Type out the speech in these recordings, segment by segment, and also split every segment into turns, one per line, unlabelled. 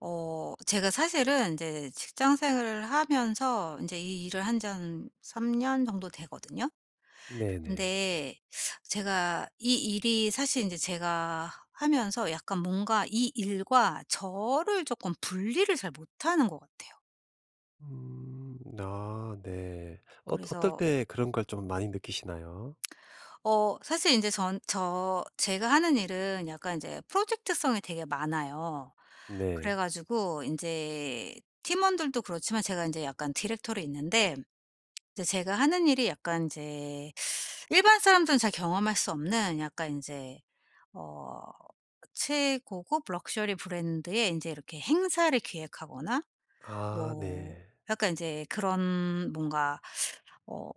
제가 사실은 이제 직장 생활을 하면서 이제 이 일을 한 지 한 3년 정도 되거든요.
네네.
근데 제가 이 일이 사실 이제 제가 하면서 약간 뭔가 이 일과 저를 조금 분리를 잘 못하는 것 같아요.
음. 아 네. 어떨
그래서
때 그런 걸 좀 많이 느끼시나요?
사실 이제 전 저 제가 하는 일은 약간 이제 프로젝트성이 되게 많아요. 그래
네.
가지고 이제 팀원들도 그렇지만 제가 이제 약간 디렉터로 있는데, 이제 제가 하는 일이 약간 이제 일반 사람들은 잘 경험할 수 없는 약간 이제 어 최고급 럭셔리 브랜드의 인제 이렇게 행사를 기획하거나,
아
뭐
네.
약간 인제 그런 뭔가 어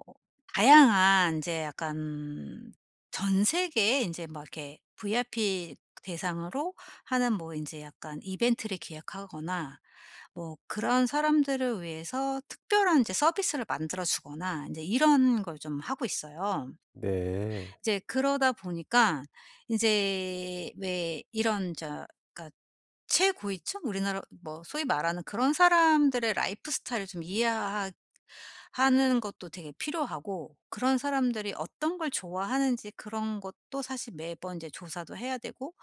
다양한 이제 약간 전 세계에 제막 이렇게 VIP 대상으로 하는 뭐 이제 약간 이벤트를 기획하거나, 뭐 그런 사람들을 위해서 특별한 이제 서비스를 만들어 주거나, 이제 이런 걸 좀 하고 있어요.
네.
이제 그러다 보니까 이제 왜 이런 저 그러니까 최고위층 우리나라 뭐 소위 말하는 그런 사람들의 라이프 스타일을 좀 이해하 하는 것도 되게 필요하고, 그런 사람들이 어떤 걸 좋아하는지 그런 것도 사실 매번 이제 조사도 해야 되고,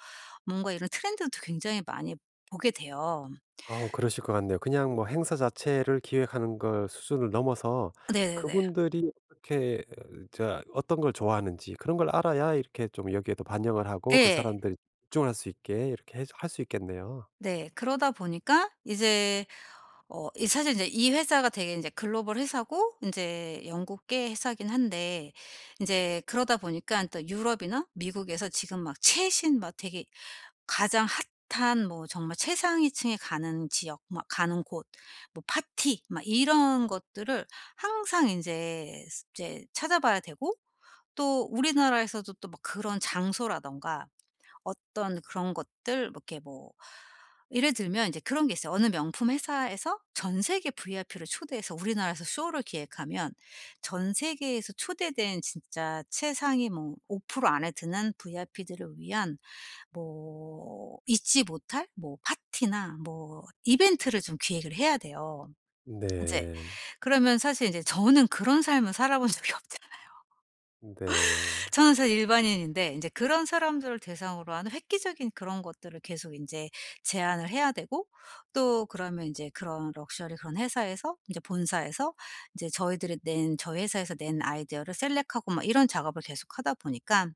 뭔가 이런 트렌드도 굉장히 많이 보게 돼요.
아 그러실 것 같네요. 그냥 뭐 행사 자체를 기획하는 걸 수준을 넘어서
네네네.
그분들이 어떻게 어떤 걸 좋아하는지 그런 걸 알아야 이렇게 좀 여기에도 반영을 하고 그
예.
사람들이 집중을 할 수 있게 이렇게 할 수 있겠네요.
네. 그러다 보니까 이제 어 이 사실 이제 이 회사가 되게 이제 글로벌 회사고 이제 영국계 회사긴 한데, 이제 그러다 보니까 또 유럽이나 미국에서 지금 막 최신 막 되게 가장 핫한 뭐 정말 최상위층에 가는 지역 막 가는 곳 뭐 파티 막 이런 것들을 항상 제 이제 찾아봐야 되고, 또 우리나라에서도 또 막 그런 장소라든가 어떤 그런 것들 뭐 이렇게 뭐 예를 들면 이제 그런 게 있어요. 어느 명품 회사에서 전 세계 VIP를 초대해서 우리나라에서 쇼를 기획하면, 전 세계에서 초대된 진짜 최상위 뭐 5% 안에 드는 VIP들을 위한 뭐 잊지 못할 뭐 파티나 뭐 이벤트를 좀 기획을 해야 돼요. 이제
네.
그러면 사실 이제 저는 그런 삶을 살아본 적이 없죠요.
네.
저는 사실 일반인인데 이제 그런 사람들을 대상으로 하는 획기적인 그런 것들을 계속 인제 제안을 해야 되고, 또 그러면 인제 그런 럭셔리 그런 회사에서 인제 본사에서 인제 저희 회사에서 낸 아이디어를 셀렉하고 막 이런 작업을 계속하다 보니까,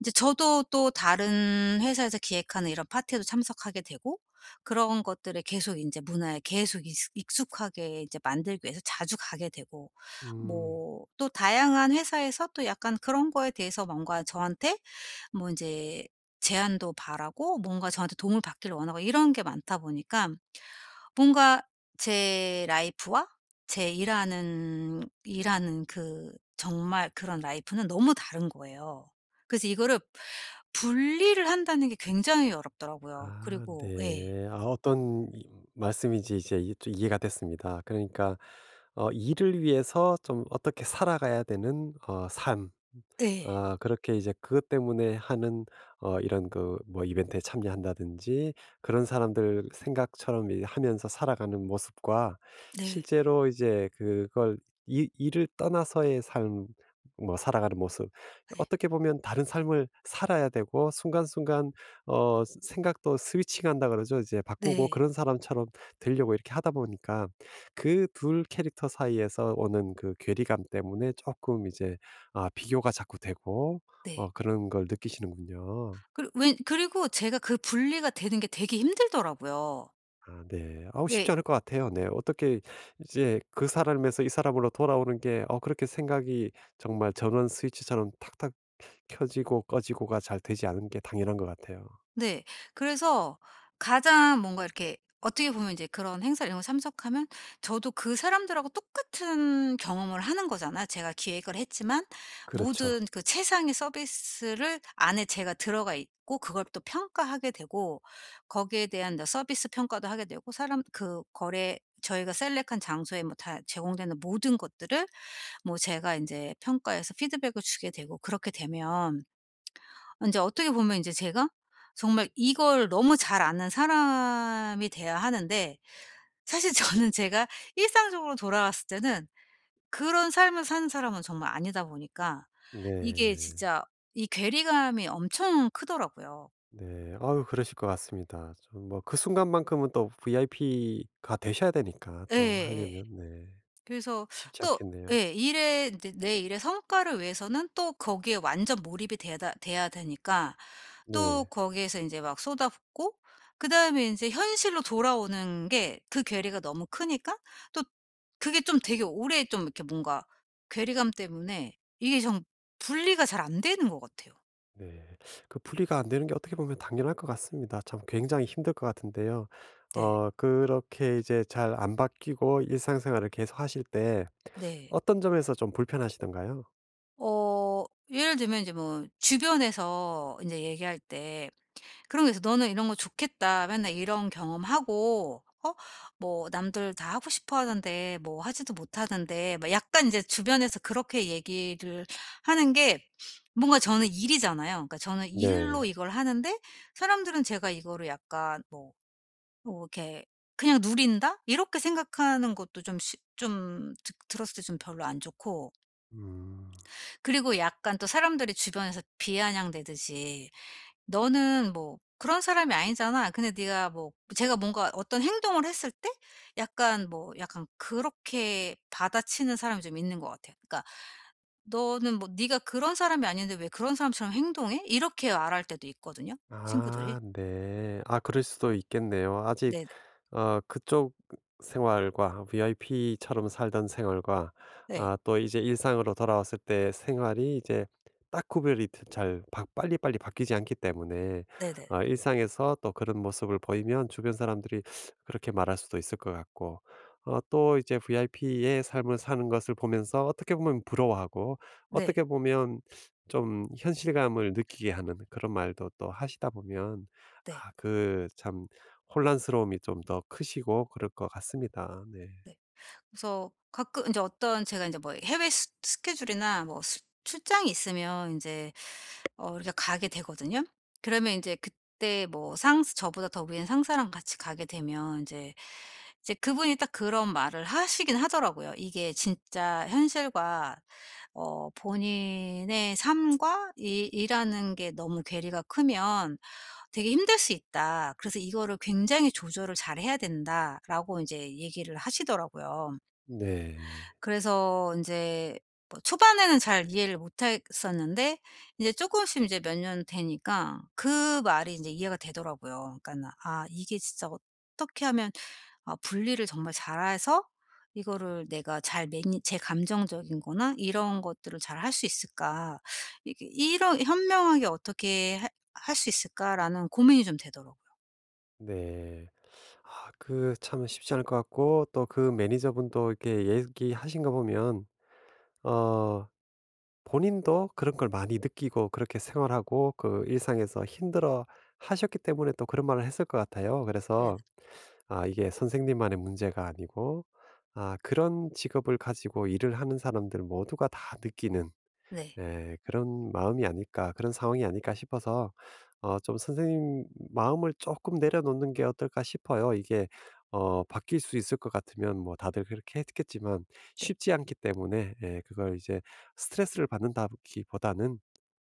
이제 저도 또 다른 회사에서 기획하는 이런 파티에도 참석하게 되고, 그런 것들에 계속 인제 문화에 계속 익스 익숙하게 이제 만들기 위해서 자주 가게 되고,
음.
뭐 또 다양한 회사에서 또 약간 그런 거에 대해서 뭔가 저한테 뭐 인제 제안도 바라고, 뭔가 저한테 도움을 받기를 원하고, 이런 게 많다 보니까 뭔가 제 라이프와 제 일하는 그 정말 그런 라이프는 너무 다른 거예요. 그래서 이거를 분리를 한다는 게 굉장히 어렵더라고요.
아
그리고 예.
네. 아 어떤 이 말씀인지 이제 이해 좀 이해가 됐습니다. 그러니까 일을 위해서 좀 어떻게 살아가야 되는 삶.
예.
아 그렇게 이제 그것 때문에 하는 이런 그 뭐 이벤트에 참여한다든지 그런 사람들 생각처럼 이 하면서 살아가는 모습과
네.
실제로 이제 그걸 이 일을 떠나서의 삶 뭐 살아가는 모습
네. 네.
어떻게 보면 다른 삶을 살아야 되고 순간순간 어 스 생각도 스위칭한다 그러죠. 이제 바꾸고
네.
그런 사람처럼 되려고 이렇게 하다 보니까 그 둘 캐릭터 사이에서 오는 그 괴리감 때문에 조금 이제 아 비교가 자꾸 되고
네.
그런 걸 느끼시는군요.
그리고 제가 그 분리가 되는 게 되게 힘들더라고요.
아 네. 아우
왜
쉽지 않을 것 같아요. 네. 어떻게 이제 그 사람에서 이 사람으로 돌아오는 게 그렇게 생각이 정말 전원 스위치처럼 탁탁 켜지고 꺼지고가 잘 되지 않은 게 당연한 것 같아요.
네. 그래서 가장 뭔가 이렇게 어떻게 보면 이제 그런 행사 이런 거 참석하면 저도 그 사람들하고 똑같은 경험을 하는 거잖아요. 제가 기획을 했지만
그렇죠.
모든 그 최상의 서비스를 안에 제가 들어가 있고, 그걸 또 평가하게 되고, 거기에 대한 나 서비스 평가도 하게 되고, 사람 그 거래 저희가 셀렉한 장소에 뭐 다 제공되는 모든 것들을 뭐 제가 이제 평가해서 피드백을 주게 되고, 그렇게 되면 인제 어떻게 보면 인제 제가 정말 이걸 너무 잘 아는 사람이 돼야 하는데, 사실 저는 제가 일상적으로 돌아왔을 때는 그런 삶을 사는 사람은 정말 아니다 보니까, 이게
네.
진짜 이 괴리감이 엄청 크더라고요.
네. 아유 그러실 것 같습니다. 좀 뭐 그 순간만큼은 또 VIP가 되셔야 되니까 또
예예예.
하려면 네.
그래서
쉽지
또
않겠네요.
예 일에 인제 내 일의 성과를 위해서는 또 거기에 완전 몰입이 되다 돼야 되니까 또
네.
거기에서 이제 막 쏟아붓고, 그다음에 인제 현실로 돌아오는 게 그 괴리가 너무 크니까 또 그게 좀 되게 오래 좀 이렇게 뭔가 괴리감 때문에 이게 정 분리가 잘 안 되는 것 같아요.
네. 그 분리가 안 되는 게 어떻게 보면 당연할 것 같습니다. 참 굉장히 힘들 것 같은데요.
네.
그렇게 이제 잘 안 바뀌고 일상생활을 계속하실 때
네.
어떤 점에서 좀 불편하시던가요?
어 예를 들면 이제 뭐 주변에서 인제 얘기할 때 그런 게 있어. "너는 이런 거 좋겠다. 맨날 이런 경험하고 뭐 남들 다 하고 싶어 하는데 뭐 하지도 못하는데." 막 약간 이제 주변에서 그렇게 얘기를 하는 게 뭔가 저는 일이잖아요. 그러니까 저는
네.
일로 이걸 하는데 사람들은 제가 이거를 약간 뭐 이렇게 '그냥 누린다?' 이렇게 생각하는 것도 좀 시 좀 드 들었을 때 좀 별로 안 좋고,
음.
그리고 약간 또 사람들이 주변에서 비아냥대듯이 너는 뭐 그런 사람이 아니잖아. 근데 네가 뭐 제가 뭔가 어떤 행동을 했을 때 약간 뭐 약간 그렇게 받아치는 사람이 좀 있는 것 같아. 그러니까 너는 뭐 네가 그런 사람이 아닌데 왜 그런 사람처럼 행동해? 이렇게 말할 때도 있거든요. 친구들이.
아 네. 아 그럴 수도 있겠네요. 아직
네,
그쪽 생활과 VIP처럼 살던 생활과
네,
아 또 이제 일상으로 돌아왔을 때 생활이 이제 딱 구별이 드 잘 바 빨리빨리 바뀌지 않기 때문에
네, 네,
일상에서 또 그런 모습을 보이면 주변 사람들이 그렇게 말할 수도 있을 것 같고 또 이제 VIP의 삶을 사는 것을 보면서 어떻게 보면 부러워하고
네,
어떻게 보면 좀 현실감을 느끼게 하는 그런 말도 또 하시다 보면
네,
아 그 참 혼란스러움이 좀 더 크시고 그럴 것 같습니다. 네.
네. 그래서 가끔 이제 어떤 제가 이제 뭐 해외 스케줄이나 뭐 출장이 있으면 이제 이렇게 가게 되거든요. 그러면 이제 그때 뭐 상사 저보다 더 위인 상사랑 같이 가게 되면 이제 그분이 딱 그런 말을 하시긴 하더라고요. 이게 진짜 현실과 본인의 삶과 이 일하는 게 너무 괴리가 크면 되게 힘들 수 있다. 그래서 이거를 굉장히 조절을 잘해야 된다라고 이제 얘기를 하시더라고요.
네.
그래서 인제 뭐 초반에는 잘 이해를 못했었는데, 이제 쪼끔씩 이제 몇 년 되니까 그 말이 인제 이해가 되더라고요. 그러니까는 '아 이게 진짜 어떻게 하면 아 분리를 정말 잘해서 이거를 내가 잘 매니 제 감정적인 거나 이런 것들을 잘 할 수 있을까? 이게 이런 현명하게 어떻게 할 수 있을까?'라는 고민이 좀 되더라고요.
네. 아 그 참 쉽지 않을 것 같고 또 그 매니저분도 이렇게 얘기하신 거 보면 어 본인도 그런 걸 많이 느끼고 그렇게 생활하고 그 일상에서 힘들어 하셨기 때문에 또 그런 말을 했을 것 같아요.
네네.
그래서 아 이게 선생님만의 문제가 아니고 아 그런 직업을 가지고 일을 하는 사람들 모두가 다 느끼는
네.
예 그런 마음이 아닐까 그런 상황이 아닐까 싶어서 좀 선생님 마음을 조금 내려놓는 게 어떨까 싶어요. 이게 바뀔 수 있을 것 같으면 뭐 다들 그렇게 했겠지만
네.
쉽지 않기 때문에 예 그걸 이제 스트레스를 받는다기보다는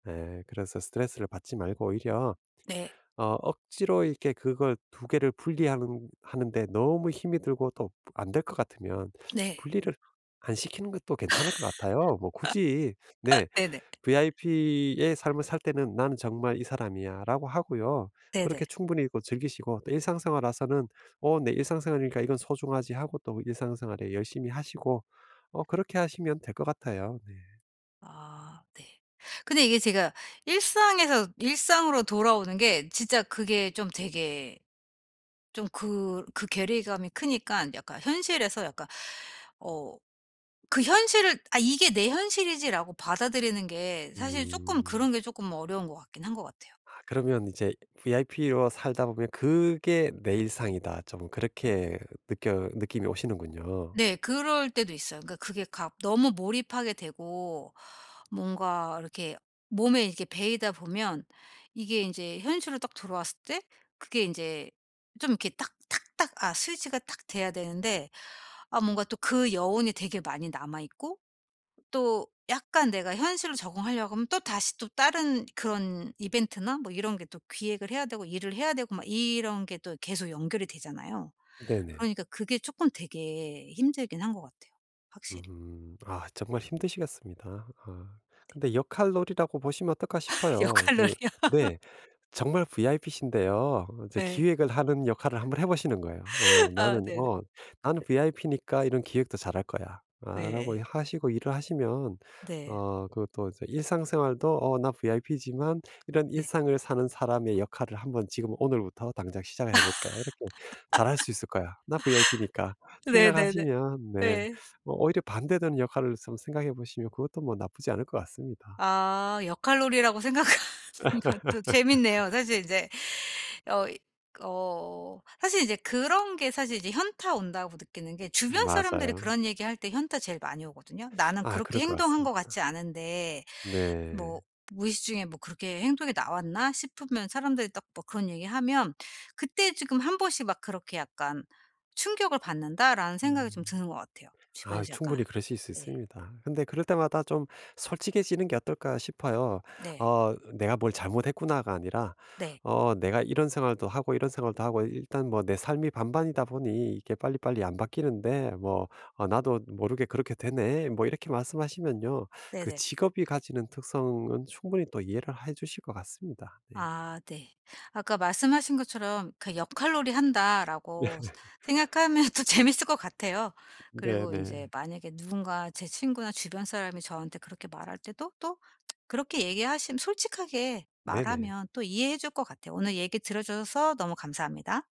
예 그래서 스트레스를 받지 말고 오히려
네.
억지로 이렇게 그걸 두 개를 분리하는 하는데 너무 힘이 들고 또 안 될 것 같으면
네.
분리를 안 시키는 것도 괜찮을 것 같아요. 뭐 굳이 네
네네.
VIP의 삶을 살 때는 '나는 정말 이 사람이야.'라고 하고요.
네네.
그렇게 충분히 그 즐기시고 또 일상생활 와서는 '어 내 일상생활이니까 이건 소중하지.' 하고 또 일상생활에 열심히 하시고 그렇게 하시면 될 것 같아요. 네.
아 네. 근데 이게 제가 일상에서 일상으로 돌아오는 게 진짜 그게 좀 되게 좀 그 괴리감이 크니까 약간 현실에서 약간 어 그 현실을 '아 이게 내 현실이지.'라고 받아들이는 게 사실 조금
음.
그런 게 조금 어려운 것 같긴 한 것 같아요.
아 그러면 이제 VIP로 살다 보면 그게 내 일상이다. 좀 그렇게 느껴 느낌이 오시는군요.
네. 그럴 때도 있어요. 그러니까 그게 너무 몰입하게 되고, 뭔가 이렇게 몸에 이렇게 배이다 보면 이게 이제 현실로 딱 들어왔을 때 그게 이제 좀 이렇게 딱딱딱 아 스위치가 딱 돼야 되는데, 아 뭔가 또 그 여운이 되게 많이 남아 있고, 또 약간 내가 현실로 적응하려고 하면 또 다시 또 다른 그런 이벤트나 뭐 이런 게 또 기획을 해야 되고 일을 해야 되고 막 이런 게 또 계속 연결이 되잖아요.
네네.
그러니까 그게 쪼끔 되게 힘들긴 한 것 같아요, 확실히.
음. 아 정말 힘드시겠습니다. 아 근데 역할놀이라고 보시면 어떨까 싶어요.
역할놀이요?
네. 정말 VIP신데요. 이제
예.
기획을 하는 역할을 한번 해 보시는 거예요.
아 네네.
'나는 VIP니까 이런 기획도 잘할 거야.' 라고
예예.
하시고 일을 하시면
네.
그것도 이제 일상생활도 '어 나 VIP지만 이런
네.
일상을 사는 사람의 역할을 한번 지금 오늘부터 당장 시작을 해볼 거야. 이렇게 잘할 수 있을 거야. 나 VIP니까.'
네네네.
생각하시면 네
예.
오히려 반대되는 역할을 좀 생각해 보시면 그것도 뭐 나쁘지 않을 것 같습니다.
아 역할놀이라고 생각하는 것도 재밌네요. 사실 이제 어 이 어 사실 이제 그런 게 사실 이제 현타 온다고 느끼는 게 주변 사람들이
맞아요.
그런 얘기할 때 현타 제일 많이 오거든요. 나는
아
그렇게
그럴 것
행동한 것
같습니다.
같지 않은데 뭐
네.
무의식 중에 뭐 그렇게 행동이 나왔나 싶으면, 사람들이 딱 뭐 그런 얘기하면 그때 지금 한 번씩 막 그렇게 약간 '충격을 받는다.'라는 생각이 좀
음.
드는 것 같아요.
아
주변에서 약간.
충분히 그러실 수
네.
있습니다. 근데 그럴 때마다 좀 솔직해지는 게 어떨까 싶어요.
네.
'내가 뭘 잘못했구나.'가 아니라
네.
'내가 이런 생활도 하고 이런 생활도 하고 일단 뭐 내 삶이 반반이다 보니 이게 빨리빨리 안 바뀌는데 뭐 어 나도 모르게 그렇게 되네.' 뭐 이렇게 말씀하시면요. 그
네네.
직업이 가지는 특성은 충분히 또 이해를 해 주실 것 같습니다. 네.
아 네. 아까 말씀하신 것처럼 그 '역할놀이 한다.'라고 생각하면 또 재밌을 것 같아요. 그리고 이제
네네.
만약에 누군가 제 친구나 주변 사람이 저한테 그렇게 말할 때도 또 그렇게 얘기하시면 솔직하게
네네.
말하면 또 이해해 줄 것 같아요. 오늘 얘기 들어 줘서 너무 감사합니다.